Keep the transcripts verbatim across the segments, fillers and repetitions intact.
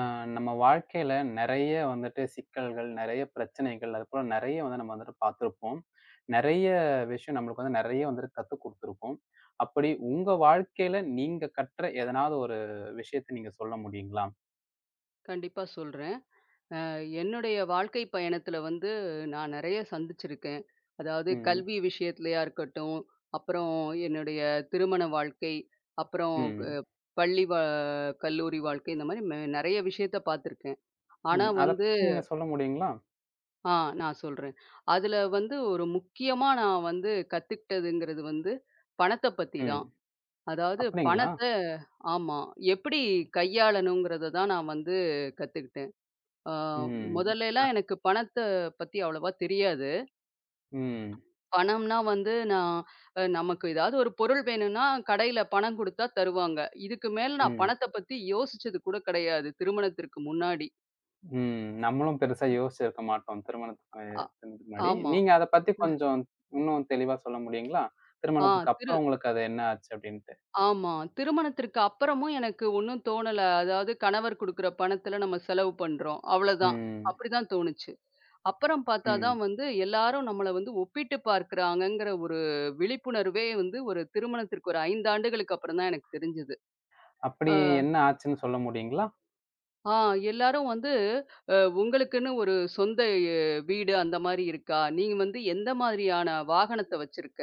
ஆ, நம்ம வாழ்க்கையில நிறைய வந்துட்டு சிக்கல்கள், நிறைய பிரச்சனைகள், அதுபோல நிறைய வந்து நம்ம வந்துட்டு பார்த்திருப்போம். நிறைய விஷயம் நம்மளுக்கு வந்து நிறைய வந்துட்டு கத்துக் குடுத்திருக்கும். அப்படி உங்க வாழ்க்கையில நீங்க கற்ற எதனாவது ஒரு விஷயத்த நீங்க சொல்ல முடியுங்களா? கண்டிப்பா சொல்றேன். அ என்னுடைய வாழ்க்கை பயணத்துல வந்து நான் நெறைய சந்திச்சிருக்கேன். அதாவது ம். கல்வி விஷயத்துலயா இருக்கட்டும், அப்புறம் என்னுடைய திருமண வாழ்க்கை, அப்புறம் அ ம். பள்ளி வ கல்லூரி வாழ்க்கை இந்த மாரி மெ நெறைய விஷயத்த பார்த்துருக்கேன். ஆனா ம். அத வந்து பத்தி நீங்க சொல்ல முடியுங்களா? ஆ நான் சொல்றேன். அதுல வந்து ஒரு முக்கியமா நான் வந்து கத்துக்கிட்டதுங்கிறது வந்து பணத்த பத்தி தான். ம். அதாவது அப்படிங்களா? பணத்த ஆமா. எப்படி கையாளணுங்கிறத தான் நான் வந்து கத்துக்கிட்டேன். ஆ, ம். முதல்லலாம் எனக்கு பணத்த பத்தி அவ்வளவா தெரியாது. ம். பணம்னா வந்து நான் அ நமக்கு ஏதாவது ஒரு பொருள் வேணும்னா, கடையில பணம் குடுத்தா தருவாங்க. இதுக்கு மேல நான் ம். பணத்த பத்தி யோசிச்சது கூட கிடையாது, திருமணத்திற்கு முன்னாடி. ம். நம்மளும் பெருசா யோசிச்சிருக்க மாட்டோம். திருமணத்துக்கு மு- அ திருமணத்துக்கு முன்னாடி. ஆமா. நீங்க அத பத்தி கொஞ்சம் இன்னும் தெளிவா சொல்ல முடியுங்களா? ஆ திருமணத்துக்கு திரு அப்புறம் உங்களுக்கு அது என்ன ஆச்சு அப்டின்ட்டு? ஆமா. திருமணத்திற்கு அப்புறமும் எனக்கு ஒண்ணும் தோணல. அதாவது கணவர் குடுக்குற பணத்துல நம்ம செலவு பண்றோம். அவ்வளதான். ம். அப்படிதான் தோணுச்சு. அப்புறம் பார்த்தா ம். தான் வந்து எல்லாரும் நம்மள வந்து ஒப்பிட்டு பார்க்கிறாங்கங்கிற ஒரு விழிப்புணர்வே வந்து ஒரு திருமணத்திற்கு ஒரு ஐந்து ஆண்டுகளுக்கு அப்புறம் தான் எனக்கு தெரிஞ்சது. அப்படி அ, என்ன ஆச்சுன்னு சொல்ல முடியுங்களா? ஆ எல்லாரும் வந்து அ உங்களுக்குன்னு ஒரு சொந்த எ வீடு அந்த மாரி இருக்கா? நீங்க வந்து எந்த மாதிரியான வாகனத்த வச்சிருக்க?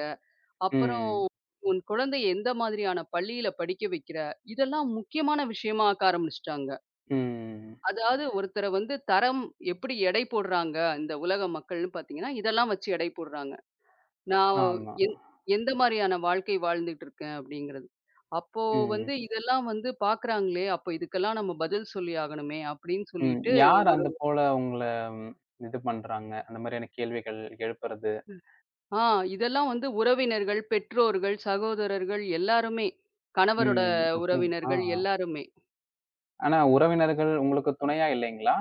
அப்புறம் ம். உன் குழந்தைய எந்த மாதிரியான பள்ளியில படிக்க வைக்கிற? இதெல்லாம் முக்கியமான விஷயமா ஆக்க ஆரம்பிச்சுட்டாங்க. ம். அதாவது ஒருத்தர வந்து தரம் எப்படி எடை போடுறாங்க, இந்த உலக மக்கள்னு பார்த்தீங்கன்னா, இதெல்லாம் வச்சு எடை போடுறாங்க. நான் ஆமா. எந் எந்த மாரியான வாழ்க்கை வாழ்ந்துட்டு இருக்கேன் அப்படிங்கிறது. அப்போ ம். வந்து இதெல்லாம் வந்து பார்க்குறாங்களே, அப்போ இதுக்கெல்லாம் நம்ம பதில் சொல்லி ஆகணுமே அப்படின்னு ம். சொல்லிட்டு யார் ஒரு அந்த போல உங்கள இது பண்றாங்க? அந்த மாரியான கேள்விகள் எழுப்புறது. ஆ இதெல்லாம் வந்து உறவினர்கள், பெற்றோர்கள், சகோதரர்கள் எல்லாருமே. கணவரோட ம். அப்படி ஆ. உறவினர்கள் எல்லாருமே. ஆனா உறவினர்கள் உங்களுக்கு துணையா இல்லைங்களா?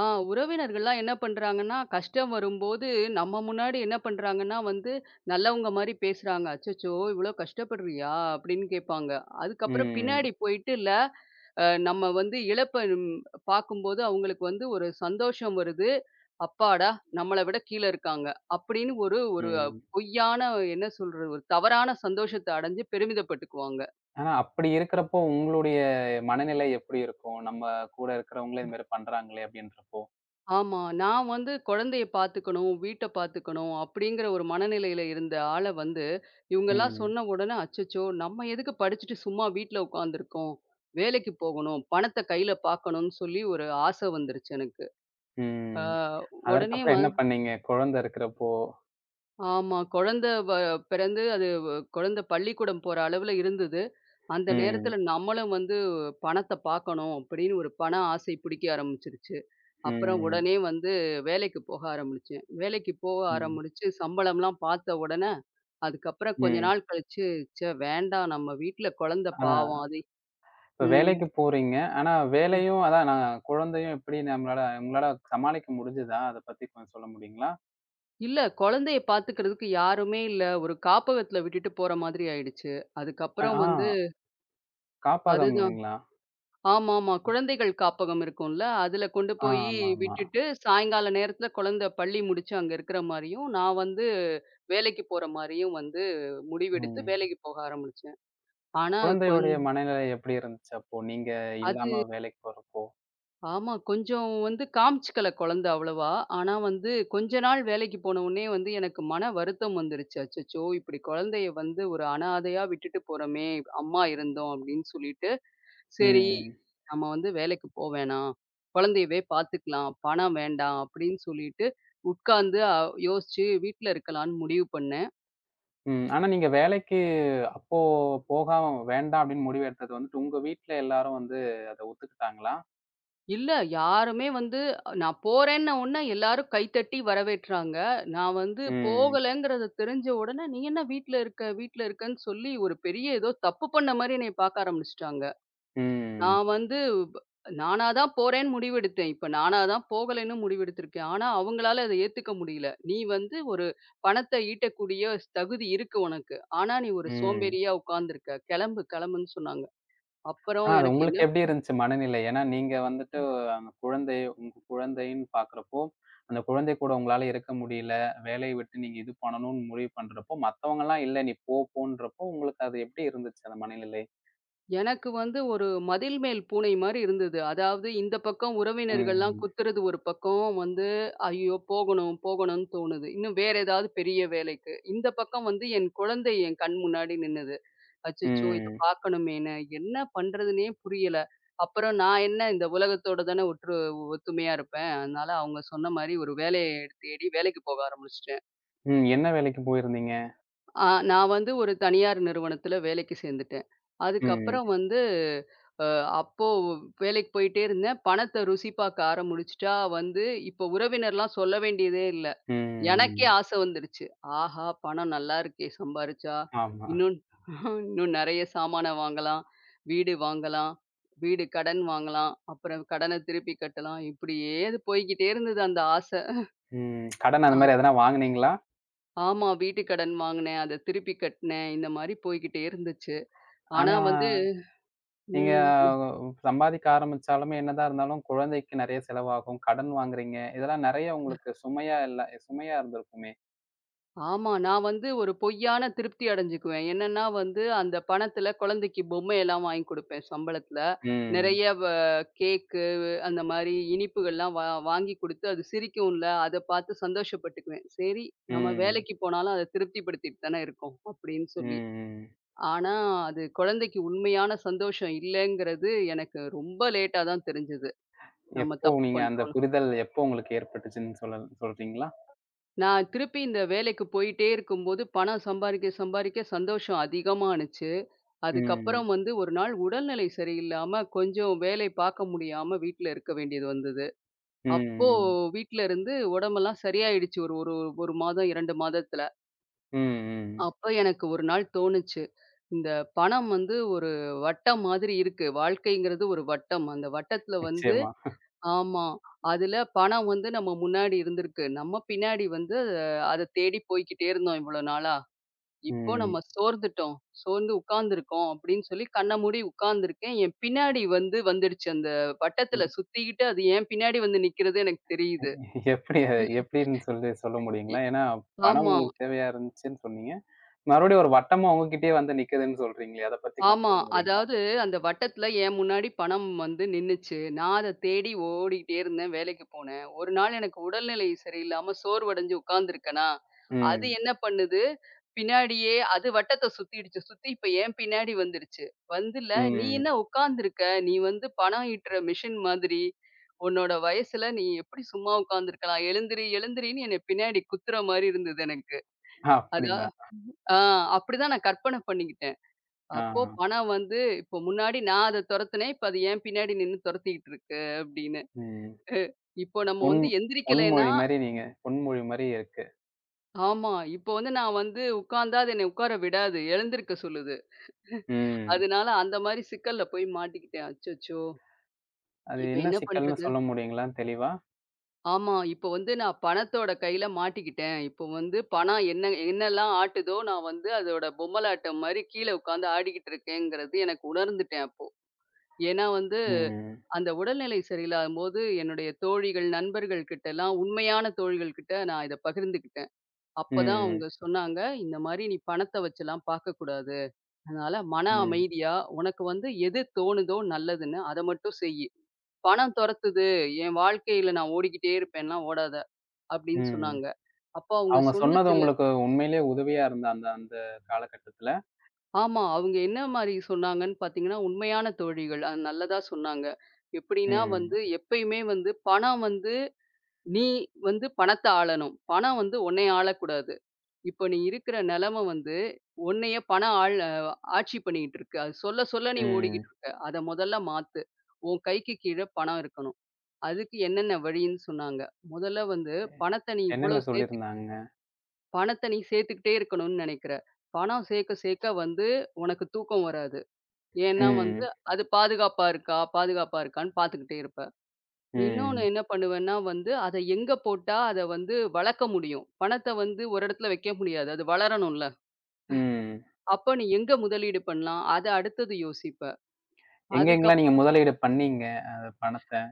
ஆ உறவினர்கள்லாம் என்ன பண்றாங்கன்னா, கஷ்டம் வரும்போது நம்ம முன்னாடி என்ன பண்றாங்கன்னா வந்து நல்லவங்க மாரி பேசுறாங்க. "அச்சச்சோ! இவ்ளோ கஷ்டப்படுறியா?" அப்படின்னு கேட்பாங்க. அதுக்கப்புறம் ம். பின்னாடி போயிட்டு "இல்ல அஹ் நம்ம வந்து இழப்ப ம், பார்க்கும்போது அவங்களுக்கு வந்து ஒரு சந்தோஷம் வருது. அப்பாடா! நம்மள விட கீழ இருக்காங்க. அப்படின்னு ஒரு ஒரு ம். பொய்யான என்ன சொல்றது? ஒரு தவறான சந்தோஷத்த அடைஞ்சு பெருமிதப்பட்டுக்குவாங்க. ஆனா, அப்படி இருக்கிறப்போ உங்களுடைய மனநிலை எப்படி இருக்கும்? நம்ம கூட இருக்கிறவங்களே இது மாரி பண்றாங்களே அப்படின்றப்போ? ஆமா. நான் வந்து குழந்தைய பார்த்துக்கணும், வீட்ட பார்த்துக்கணும் அப்படிங்கிற ஒரு மனநிலையில இருந்த ஆள வந்து, இவங்கலாம் ம். சொன்ன உடனே, அச்சச்சோ! நம்ம எதுக்கு படிச்சுட்டு சும்மா வீட்ல உட்காந்துருக்கோம்? வேலைக்கு போகணும், பணத்த கையில பார்க்கணும்னு சொல்லி ஒரு ஆசை வந்துருச்சு எனக்கு. அ ம். உடனே வ அதற்கப்புறம் என்ன பண்ணீங்க? குழந்தை இருக்கிறப்போ? ஆமா. குழந்தை வ பிறந்து அது வ குழந்தை பள்ளிக்கூடம் போற அளவுல இருந்தது. அந்த ம். நேரத்துல நம்மளும் வந்து பணத்த பார்க்கணும் அப்படின்னு ஒரு பண ஆசை பிடிக்க ஆரம்பிச்சுருச்சு. அப்புறம் ம். உடனே வந்து வேலைக்கு போக ஆரம்பிச்சேன். வேலைக்கு போக ம். ஆரம்பிச்சு சம்பளம்லாம் பார்த்த உடனே, அதுக்கப்புறம் கொஞ்ச ம். நாள் கழிச்சு, ச்சே வேண்டாம் நம்ம வீட்ல குழந்தை அதான் பாவம் அது இப்ப ம். வேலைக்கு போறீங்க. ஆனா ம். வேலையும் அதான் நான் குழந்தையும் எப்படி நம்மளால உங்களால சமாளிக்க முடிஞ்சுதா? அத பத்தி கொஞ்சம் சொல்ல முடியுங்களா? இல்ல குழந்தைய பார்த்துக்கிறதுக்கு யாருமே இல்ல. ஒரு காப்பகத்துல விட்டுட்டு போற மாதிரி ஆயிடுச்சு. அ அதுக்கப்புறம் ஆ வந்து காப்பகம் அதுதான். இல்லைங்களா? ஆமாமா. குழந்தைகள் காப்பகம் இருக்கும்ல. அதுல கொண்டு ஆ போயி ஆமாமா. விட்டுட்டு, சாயங்கால நேரத்துல குழந்தை பள்ளி முடிச்சு அங்க இருக்கிற மாரியும், நான் வந்து வேலைக்கு போற மாரியும் வந்து முடிவெடுத்து ம். வேலைக்கு போக ஆரம்பிச்சேன். ஆனா கொஞ் குழந்தையுடைய மனநிலை எப்படி இருந்துச்சு அப்போ? நீங்க அது இல்லாம வேலைக்கு போறப்போ? ஆமா. கொஞ்சம் வந்து காமிச்சுக்கல குழந்தை அவ்வளவா. ஆனா வந்து கொஞ்ச நாள் வேலைக்கு போனவுனே வந்து எனக்கு மன வருத்தம் வந்துருச்சு. அச்சச்சோ! இப்படி குழந்தைய வந்து ஒரு அனாதையா விட்டுட்டு போறோமே! அம்மா இருந்தோம் அப்படின்னு சொல்லிட்டு சரி, ம். நம்ம வந்து வேலைக்கு போ வேணாம். குழந்தையவே பார்த்துக்கலாம். பணம் வேண்டாம் அப்படின்னு சொல்லிட்டு, உட்கார்ந்து அ யோசிச்சு வீட்ல இருக்கலாம்ன்னு முடிவு பண்ணேன். ம். ஆனா நீங்க வேலைக்கு அப்போ போகாம வேண்டாம் அப்படின்னு முடிவு எடுத்தது வந்துட்டு, உங்க வீட்ல எல்லாரும் வந்து அத ஒத்துக்கிட்டாங்களா? இல்ல யாருமே வந்து அ, நான் போறேன்ன உடனே எல்லாரும் கைத்தட்டி வரவேற்றாங்க. நான் வந்து ம். போகலங்கிறத தெரிஞ்ச உடனே, "நீ என்ன வீட்ல இருக்க, வீட்ல இருக்கன்னு" சொல்லி ஒரு பெரிய ஏதோ தப்பு பண்ண மாரி என்னைய பார்க்க ஆரம்பிச்சுட்டாங்க. ம். நான் வந்து ப நானா தான் போறேன்னு முடிவெடுத்தேன். இப்ப நானா தான் போகலைன்னு முடிவெடுத்திருக்கேன். ஆனா, அவங்களால அத ஏத்துக்க முடியல. "நீ வந்து ஒரு பணத்த ஈட்டக்கூடிய ஸ் தகுதி இருக்கு உனக்கு. ஆனா, நீ ஒரு ம். சோம்பேறியா உட்கார்ந்திருக்க. கெளம்பு கெளம்புன்னு" சொன்னாங்க. அப்புறம் ஆனா அது எனக்கு என்ன உங்களுக்கு எப்படி இருந்துச்சு மனநிலை? ஏன்னா நீங்க வந்துட்டு அந்த குழந்தை உங்க குழந்தைன்னு பார்க்கிறப்போ, அந்த குழந்தை கூட உங்களால இருக்க முடியல. வேலைய விட்டு நீங்க இது பண்ணணும்னு முடிவு பண்றப்போ, மத்தவங்கலாம் இல்ல நீ போ போன்றப்போ உங்களுக்கு அது எப்படி இருந்துச்சு அந்த மனநிலை? எனக்கு வந்து ஒரு மதில் மேல் பூனை மாரி இருந்தது. அதாவது இந்த பக்கம் உறவினர்கள்லாம் ம். குத்துறது ஒரு பக்கம் வந்து, "ஐயோ! போகணும் போகணும்ன்னு" தோணுது. இன்னும் வேற ஏதாவது பெரிய வேலைக்கு. இந்த பக்கம் வந்து என் குழந்தை என் கண் முன்னாடி நின்னுது. அச்சச்சோ! இத ம். பார்க்கணுமேன்னு, என்ன பண்றதுன்னே புரியல. அப்புறம் நான் என்ன இந்த உலகத்தோட தானே ஒற்று ஒத்துமையா இருப்பேன். அதனால அவங்க சொன்ன மாரி ஒரு வேலைய தேடி வேலைக்கு போக ஆரம்பிச்சுட்டேன். ம். என்ன வேலைக்கு போயிருந்தீங்க? ஆ நான் வந்து ஒரு தனியார் நிறுவனத்தில வேலைக்கு சேர்ந்துட்டேன். ம். அதுக்கப்புறம் வந்து அ அப்போ வேலைக்கு போயிட்டே இருந்தேன். பணத்த ருசி பார்க்க ஆரம்பிச்சுட்டா வந்து இப்போ உறவினர்லாம் சொல்ல வேண்டியதே இல்ல. எனக்கே ம். ஆசை வந்துருச்சு. ஆஹா! பணம் நல்லா இருக்கே சம்பாரிச்சா. ஆமா. இன்னும் இன்னும் நெறைய சாமான வாங்கலாம். வீடு வாங்கலாம். வீடு கடன் வாங்கலாம். அப்புறம் கடன திருப்பி கட்டலாம். இப்படியே அது போய்க்கிட்டே இருந்தது அந்த ஆசை. ம். கடன் அந்த அ மாரி எதனா வாங்குனீங்களா? ஆமா வீட்டு கடன் வாங்குனேன். அத திருப்பி கட்டுனேன். இந்த மாரி போய்க்கிட்டே இருந்துச்சு. ஆனா ஆனா, வந்து நீங்க ம். சம்பாதிக்க ஆரம்பிச்சாலுமே என்னதான் இருந்தாலும் குழந்தைக்கு நெறைய செலவாகும். கடன் வாங்குறீங்க. இதெல்லாம் நெறைய உங்களுக்கு சுமையா இல்ல சுமையா இருந்திருக்குமே! ஆமா. நான் வந்து ஒரு பொய்யான திருப்தி அடைஞ்சுக்குவேன். என்னன்னா வந்து, அந்த பணத்துல குழந்தைக்கு பொம்மையெல்லாம் வாங்கி குடுப்பேன் சம்பளத்துல. ம். நெறைய வ கேக்கு அந்த மாரி இனிப்புகள்லாம் வா வாங்கி குடுத்து, அது சிரிக்கும்ல, அத பார்த்து சந்தோஷப்பட்டுக்குவேன். சரி நம்ம ம். வேலைக்கு போனாலும் அத திருப்திப்படுத்திட்டு தானே இருக்கோம், அப்படின்னு ம். சொல்லி. ம். ஆனா அது குழந்தைக்கு உண்மையான சந்தோஷம் இல்லங்கிறது எனக்கு ரொம்ப லேட்டா தான் தெரிஞ்சது. நம்ம எப்போ தப்பு நீங்க அந்த பண்றோம்னு. புரிதல் எப்போ உங்களுக்கு ஏற்பட்டுச்சுன்னு சொல்லல் சொல்றீங்களா? நான் திருப்பி இந்த வேலைக்கு போயிட்டே இருக்கும்போது, பணம் சம்பாரிக்க சம்பாரிக்க சந்தோஷம் அதிகமா ஆனுச்சு. ம். அதுக்கப்புறம் வந்து ஒரு நாள் உடல்நிலை சரியில்லாம, கொஞ்சம் வேலை பார்க்க முடியாம வீட்ல இருக்க வேண்டியது வந்தது. அப்போ ம். வீட்ல இருந்து உடம்பெல்லாம் சரியாயிடுச்சு. ஒரு ஒரு 1 மாதம், இரண்டு மாதத்துல. ம். ம். அப்ப எனக்கு ஒரு நாள் தோணுச்சு. இந்த பணம் வந்து ஒரு வட்டம் மாதிரி இருக்கு. வாழ்க்கைங்கிறது ஒரு வட்டம். அந்த வட்டத்துல வந்து நிச்சயமா. ஆமா. அதுல பணம் வந்து நம்ம முன்னாடி இருந்திருக்கு. நம்ம பின்னாடி வந்து அத தேடி போய்க்கிட்டே இருந்தோம் இவ்வளோ நாளா. இப்போ ம். நம்ம சோர்ந்துட்டோம். சோர்ந்து உட்கார்ந்துருக்கோம் அப்படின்னு சொல்லி கண்ண மூடி உட்கார்ந்துருக்கேன். என் பின்னாடி வந்து வந்துடுச்சு. அந்த வட்டத்துல ம். சுத்திக்கிட்டு அது என் பின்னாடி வந்து நிக்கிறது எனக்கு தெரியுது. எப்படி எப்படின்னு சொல்லி சொல்ல இ முடியுங்களா? ஏன்னா, பணம் ஆமா. உங்களுக்கு தேவையா இருந்துச்சுன்னு சொன்னீங்க. மறுபடியும் ஒரு வட்டமா உங்ககிட்டயே வந்து நிக்குதுன்னு சொல்றீங்களே! அத பத்தி கொஞ்சம் ஆமா. சொல்ல முடியுங்களா? அதாவது அந்த வட்டத்துல என் முன்னாடி பணம் வந்து நின்னுச்சு. நான் அத தேடி ஓடிட்டே இருந்தேன். வேலைக்கு போனேன். ஒரு நாள் எனக்கு உடல்நிலை சரியில்லாம சோர்வடைஞ்சு உட்கார்ந்துருக்கேனா, அது ம். என்ன பண்ணுது, பின்னாடியே அது வட்டத்த சுத்திடுச்சு. சுத்தி இப்ப என் பின்னாடி வந்துருச்சு. வந்துல "நீ ம். என்ன உட்கார்ந்துருக்க? நீ வந்து பணம் ஈட்டுற மிஷின் மாதிரி. உன்னோட வயசுல நீ எப்படி சும்மா உட்கார்ந்துருக்கலாம்? எழுந்திரி எழுந்திரின்னு" என்னை பின்னாடி குத்துற மாரி இருந்தது எனக்கு. அதா அப்டிங்களா? ஆ அப்படிதான் நான் கற்பனை பண்ணிக்கிட்டேன். ஆ. அப்போ பணம் வந்து இப்போ முன்னாடி நான் அத தொரத்துனேன். இப்ப அது என் பின்னாடி நின்னு தொரத்திக்கிட்டு இருக்கு அப்படின்னு. ம். இப்போ நம்ம பொன் வந்து எந்திரிக்கலைன்னா பொன்மொழி மாரி நீங்க பொன்மொழி மாரி இருக்கு. ஆமா. இப்போ வந்து நான் வந்து உட்கார்ந்தா அது என்னை உட்கார விடாது. எழுந்திருக்க சொல்லுது. ம். அதனால அந்த மாரி சிக்கல்ல போய் மாட்டிக்கிட்டேன். அச்சச்சோ! அது இப்ப என்ன என்ன சிக்கல்ன்னு பண்றது? சொல்ல முடியுங்களா தெளிவா? ஆமா. இப்போ வந்து நான் பணத்தோட கையில மாட்டிக்கிட்டேன். இப்போ வந்து பணம் என்ன என்னெல்லாம் ஆட்டுதோ நான் வந்து அதோட பொம்மலாட்டம் மாரி கீழ உட்கார்ந்து ஆடிக்கிட்டு இருக்கேங்கிறது எனக்கு உணர்ந்துட்டேன் அப்போ. ஏன்னா வந்து ம். அந்த உடல்நிலை சரியில்லாதபோது, என்னுடைய தோழிகள், நண்பர்கள் கிட்டலாம் உண்மையான தோழிகள் கிட்ட நான் இத பகிர்ந்துக்கிட்டேன். அப்பதான் ம். அவங்க சொன்னாங்க, "இந்த மாரி நீ பணத்த வச்சுலாம் பார்க்கக்கூடாது. அதனால மன ம். அமைதியா, உனக்கு வந்து எது தோணுதோ நல்லதுன்னு அத மட்டும் செய்யி. பணம் தொரத்துது. என் வாழ்க்கையில நான் ஓடிக்கிட்டே இருப்பேன்லாம் ஓடாத." அப்படின்னு ம். சொன்னாங்க. அப்ப அவங்க அவங்க சொன்ன சொன்னது சில உங்களுக்கு உண்மையிலேயே உதவியா இருந்தா அந்த அந்த காலகட்டத்துல? ஆமா. அவங்க என்ன மாரி சொன்னாங்கன்னு பார்த்தீங்கன்னா, உண்மையான தோழிகள். அது நல்லதா சொன்னாங்க. எப்படின்னா ம். வந்து, எப்பயுமே வந்து பணம் வந்து நீ வந்து பணத்த ஆளணும். பணம் வந்து உன்னை ஆளக்கூடாது. இப்ப நீ இருக்கிற நெலைம வந்து, உன்னையே பணம் ஆள் அஹ் ஆட்சி பண்ணிக்கிட்டு இருக்கு. அது சொல்ல சொல்ல நீ ம். ஓடிக்கிட்டு இருக்க. அத முதல்ல மாத்து. உன் கைக்கு கீழ பணம் இருக்கணும். அதுக்கு என்னென்ன வழின்னு சொன்னாங்க. முதல்ல வந்து பணத்த நீ இவ்ளோ என்னென்ன சேர்த்து சொல்லியிருந்தாங்க? பணத்த நீ சேர்த்துக்கிட்டே இருக்கணும்னு நெனைக்கிற. பணம் சேர்க்க சேர்க்க வந்து உனக்கு தூக்கம் வராது. ஏன்னா வந்து ம். அது பாதுகாப்பா இருக்கா? பாதுகாப்பா இருக்கான்னு பார்த்துக்கிட்டே இருப்ப. இன்னொன்னு ம். என்ன பண்ணுவேன்னா வந்து, அத எங்க போட்டா அத வந்து வளர்க்க முடியும்? பணத்த வந்து ஒரு இடத்துல வைக்க முடியாது. அது வளரணும்ல. ம். அப்ப நீ எங்க முதலீடு பண்ணலாம்? அத அடுத்தது யோசிப்பேன். எங்கெங்கலாம் நீங்க அதுக்கப்புறம் முதலீடு பண்ணீங்க? அ பணத்த?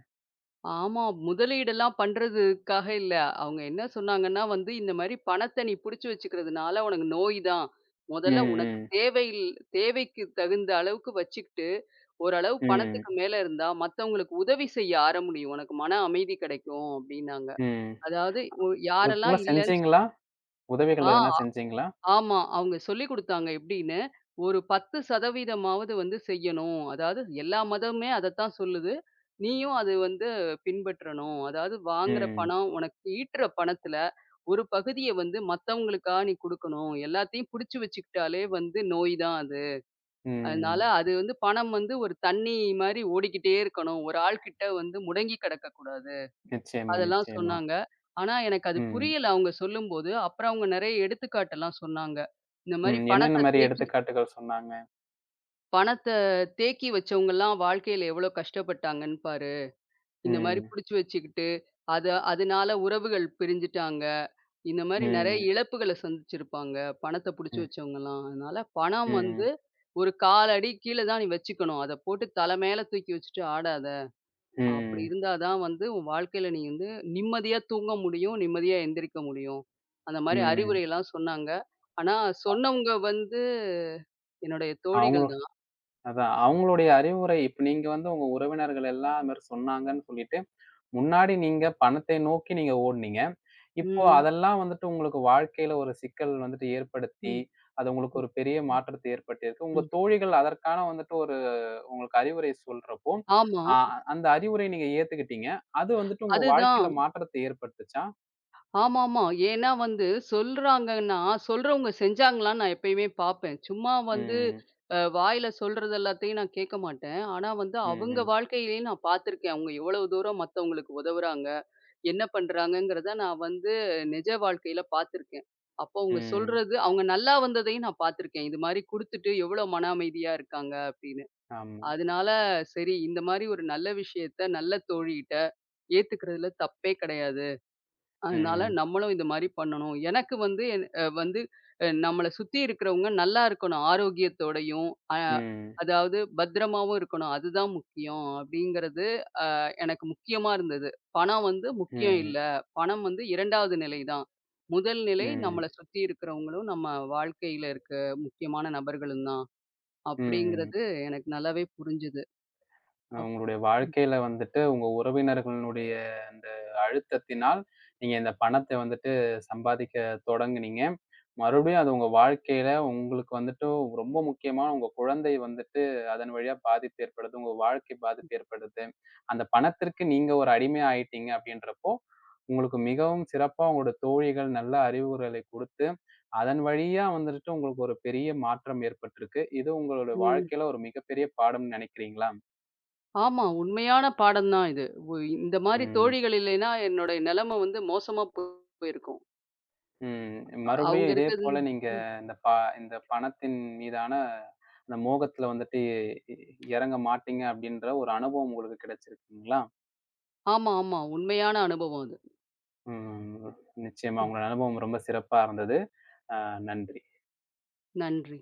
ஆமா. முதலீடெல்லாம் பண்றதுக்காக இல்ல. அவங்க என்ன சொன்னாங்கன்னா வந்து, "இந்த மாரி பணத்த நீ புடிச்சு வச்சுக்கிறதுனால உனக்கு நோய் தான். ம். முதல்ல உனக்கு ம். தேவையில் தேவைக்கு தகுந்த அளவுக்கு வச்சுக்கிட்டு, ஓரளவு ம். பணத்துக்கு மேல இருந்தா மத்தவங்களுக்கு உதவி செய்ய ஆர முடியும். உனக்கு மன அமைதி கிடைக்கும்." அப்படின்னாங்க. ம். அதாவது ஒ இது போல யாரெல்லாம் இல்லன்னு செஞ்சீங்களா? உதவிகள் எதனா ஆ, செஞ்சீங்களா? ஆமா. அவங்க சொல்லிக் குடுத்தாங்க எப்படின்னு, ஒரு பத்து சதவீதம் வந்து செய்யணும். அதாவது எல்லா மதமுமே அதத்தான் சொல்லுது. நீயும் அது வந்து பின்பற்றணும். அதாவது வாங்குற ம். பணம், உனக்கு ஈட்டுற பணத்துல ஒரு பகுதிய வந்து மத்தவங்களுக்கா நீ குடுக்கணும். எல்லாத்தையும் புடிச்சு வச்சுக்கிட்டாலே வந்து நோய் தான் அது. அதனால ம். அது வந்து பணம் வந்து ஒரு தண்ணி மாரி ஓடிக்கிட்டே இருக்கணும். ஒரு ஆள்கிட்ட வந்து முடங்கி கிடக்கக்கூடாது. நிச்சயமா, அதெல்லாம் நிச்சயமா. சொன்னாங்க. ஆனா எனக்கு அது ம். புரியல அவங்க சொல்லும்போது. அப்புறம் அவங்க நெறைய எடுத்துக்காட்டெல்லாம் சொன்னாங்க. இந்த மாரி ம். என்னென்ன பணத்த மாரி தேக்கி எடுத்துக்காட்டுகள் சொன்னாங்க? பணத்த தேக்கி வச்சவங்கலாம் வாழ்க்கையில எவ்வளோ கஷ்டப்பட்டாங்கன்னு பாரு. இந்த மாரி ம். புடிச்சு வச்சுக்கிட்டு, அத அதனால உறவுகள் பிரிஞ்சுட்டாங்க. இந்த மாரி நெறைய ம். இழப்புகள சந்திச்சிருப்பாங்க. பணத்த புடிச்சு ம். வச்சவங்கலாம். அதனால பணம் ம். வந்து ஒரு கால் அடி கீழ தான் நீ வச்சுக்கணும். அத போட்டு தல மேல தூக்கி வச்சுட்டு ஆடாத. அப்படி ம். இருந்தா தான் வந்து உன் வாழ்க்கையில நீ வந்து நிம்மதியா தூங்க முடியும், நிம்மதியா எந்திரிக்க முடியும். அந்த மாரி ம். அறிவுரைலாம் சொன்னாங்க. ஆனா சொன்னவங்க வந்து என்னுடைய அவங்களோ தோழிகள் தான். அதான் அவங்களுடைய அறிவுரை இப்ப நீங்க வந்து உங்க உறவினர்கள் எல்லாம் அது மாரி சொன்னாங்கன்னு சொல்லிட்டு, முன்னாடி நீங்க பணத்தை நோக்கி நீங்க ஓடுனீங்க. இப்போ ம். அதெல்லாம் வந்துட்டு உங்களுக்கு வாழ்க்கையில ஒரு சிக்கல் வந்துட்டு ஏற்படுத்தி, ம். அது உங்களுக்கு ம், ஒரு பெரிய மாற்றத்தை ஏற்படுத்தியிருக்கு. உங்க ம். தோழிகள் அதற்கான வந்துட்டு ஒரு உங்களுக்கு அறிவுரை சொல்றப்போ, ஆமா. அ அந்த அறிவுரைய நீங்க ஏத்துக்கிட்டீங்க. அது வந்துட்டு உங்க வாழ்க்கையில அதுதான். மாற்றத்தை ஏற்படுத்துச்சா? ஆமாமா. ஏன்னா வந்து சொல்றாங்கன்னா, சொல்றவங்க செஞ்சாங்களான்னு நான் எப்பயுமே பார்ப்பேன். சும்மா வந்து ம். அ வாயில சொல்றது எல்லாத்தையும் நான் கேட்க மாட்டேன். ஆனா வந்து ம். அவங்க ம். வாழ்க்கையிலேயே நான் பார்த்துருக்கேன். அவங்க எவ்வளவு தூரம் மத்தவங்களுக்கு உதவுறாங்க. என்ன பண்றாங்கங்கிறத நான் வந்து நிஜ வாழ்க்கையில பார்த்துருக்கேன். அப்போ அவங்க ம். சொல்றது அவங்க நல்லா வந்ததையும் நான் பார்த்துருக்கேன். இது மாரி குடுத்துட்டு எவ்வளோ மன அமைதியா இருக்காங்க அப்படின்னு. ஆமா. அதனால சரி இந்த மாரி ஒரு நல்ல விஷயத்த நல்ல தோழிகிட்ட ஏத்துக்கிறதுல தப்பே கிடையாது. அதனால ம். நம்மளும் இது மாரி பண்ணணும். எனக்கு வந்து என் அ வந்து அ நம்மள சுத்தி இருக்கிறவங்க நல்லா இருக்கணும். ஆரோக்கியத்தோடையும், அ ம். அதாவது பத்திரமாவும் இருக்கணும். அதுதான் முக்கியம் அப்படிங்கிறது எனக்கு முக்கியமா இருந்தது. பணம் வந்து முக்கியம் ம். இல்ல. பணம் வந்து ரெண்டாவது நிலை தான். முதல் நிலை நம்மள ம். சுத்தி இருக்கிறவங்களும், நம்ம வாழ்க்கையில இருக்க முக்கியமான நபர்களும் தான். ம். அப்படிங்கிறது எனக்கு நல்லாவே புரிஞ்சுது. அ அப் உங்களுடைய வாழ்க்கையில வந்துட்டு, உங்க உறவினர்களுடைய அந்த அழுத்தத்தினால், நீங்க இந்த பணத்த வந்துட்டு சம்பாதிக்க தொடங்குனீங்க. மறுபடியும் அது உங்க வாழ்க்கையில உங்களுக்கு வந்துட்டு ரொம்ப முக்கியமா உங்க குழந்தை வந்துட்டு அதன் வழியா பாதிப்பு ஏற்படுது. உங்க வாழ்க்கை பாதிப்பு ஏற்படுது. அந்த பணத்திற்கு நீங்க ஒரு அடிமை ஆயிட்டீங்க அப்படின்றப்போ, உங்களுக்கு மிகவும் சிறப்பா உங்களோட தோழிகள் நல்ல அறிவுரைகளை குடுத்து, அதன் வழியா வந்துட்டு உங்களுக்கு ஒரு பெரிய மாற்றம் ஏற்பட்டிருக்கு. இது உங்களோட ம். வாழ்க்கையில ஒரு மிகப்பெரிய பாடம்னு நெனைக்கிறீங்களா? ஆமா. உண்மையான பாடம் தான் இது. ஒ இந்த மாரி ம். தோழிகள் இல்லைன்னா என்னுடைய நிலைமை வந்து மோசமா போ- போயிருக்கும். ம். அ- அவங்க மறுபடியும் இதே இருக்கிறது போல நீங்க ம். இந்த ப இந்த பணத்தின் மீதான அந்த மோகத்துல வந்துட்டு இ இறங்க மாட்டீங்க அப்டின்ற ஒரு அனுபவம் உங்களுக்கு கிடைச்சிருக்குங்களா? ஆமா, ஆமா. உண்மையான அனுபவம் அது. ம். நிச்சயமா உங்களோட அனுபவம் ரொம்ப சிறப்பா இருந்தது. அ நன்றி. நன்றி.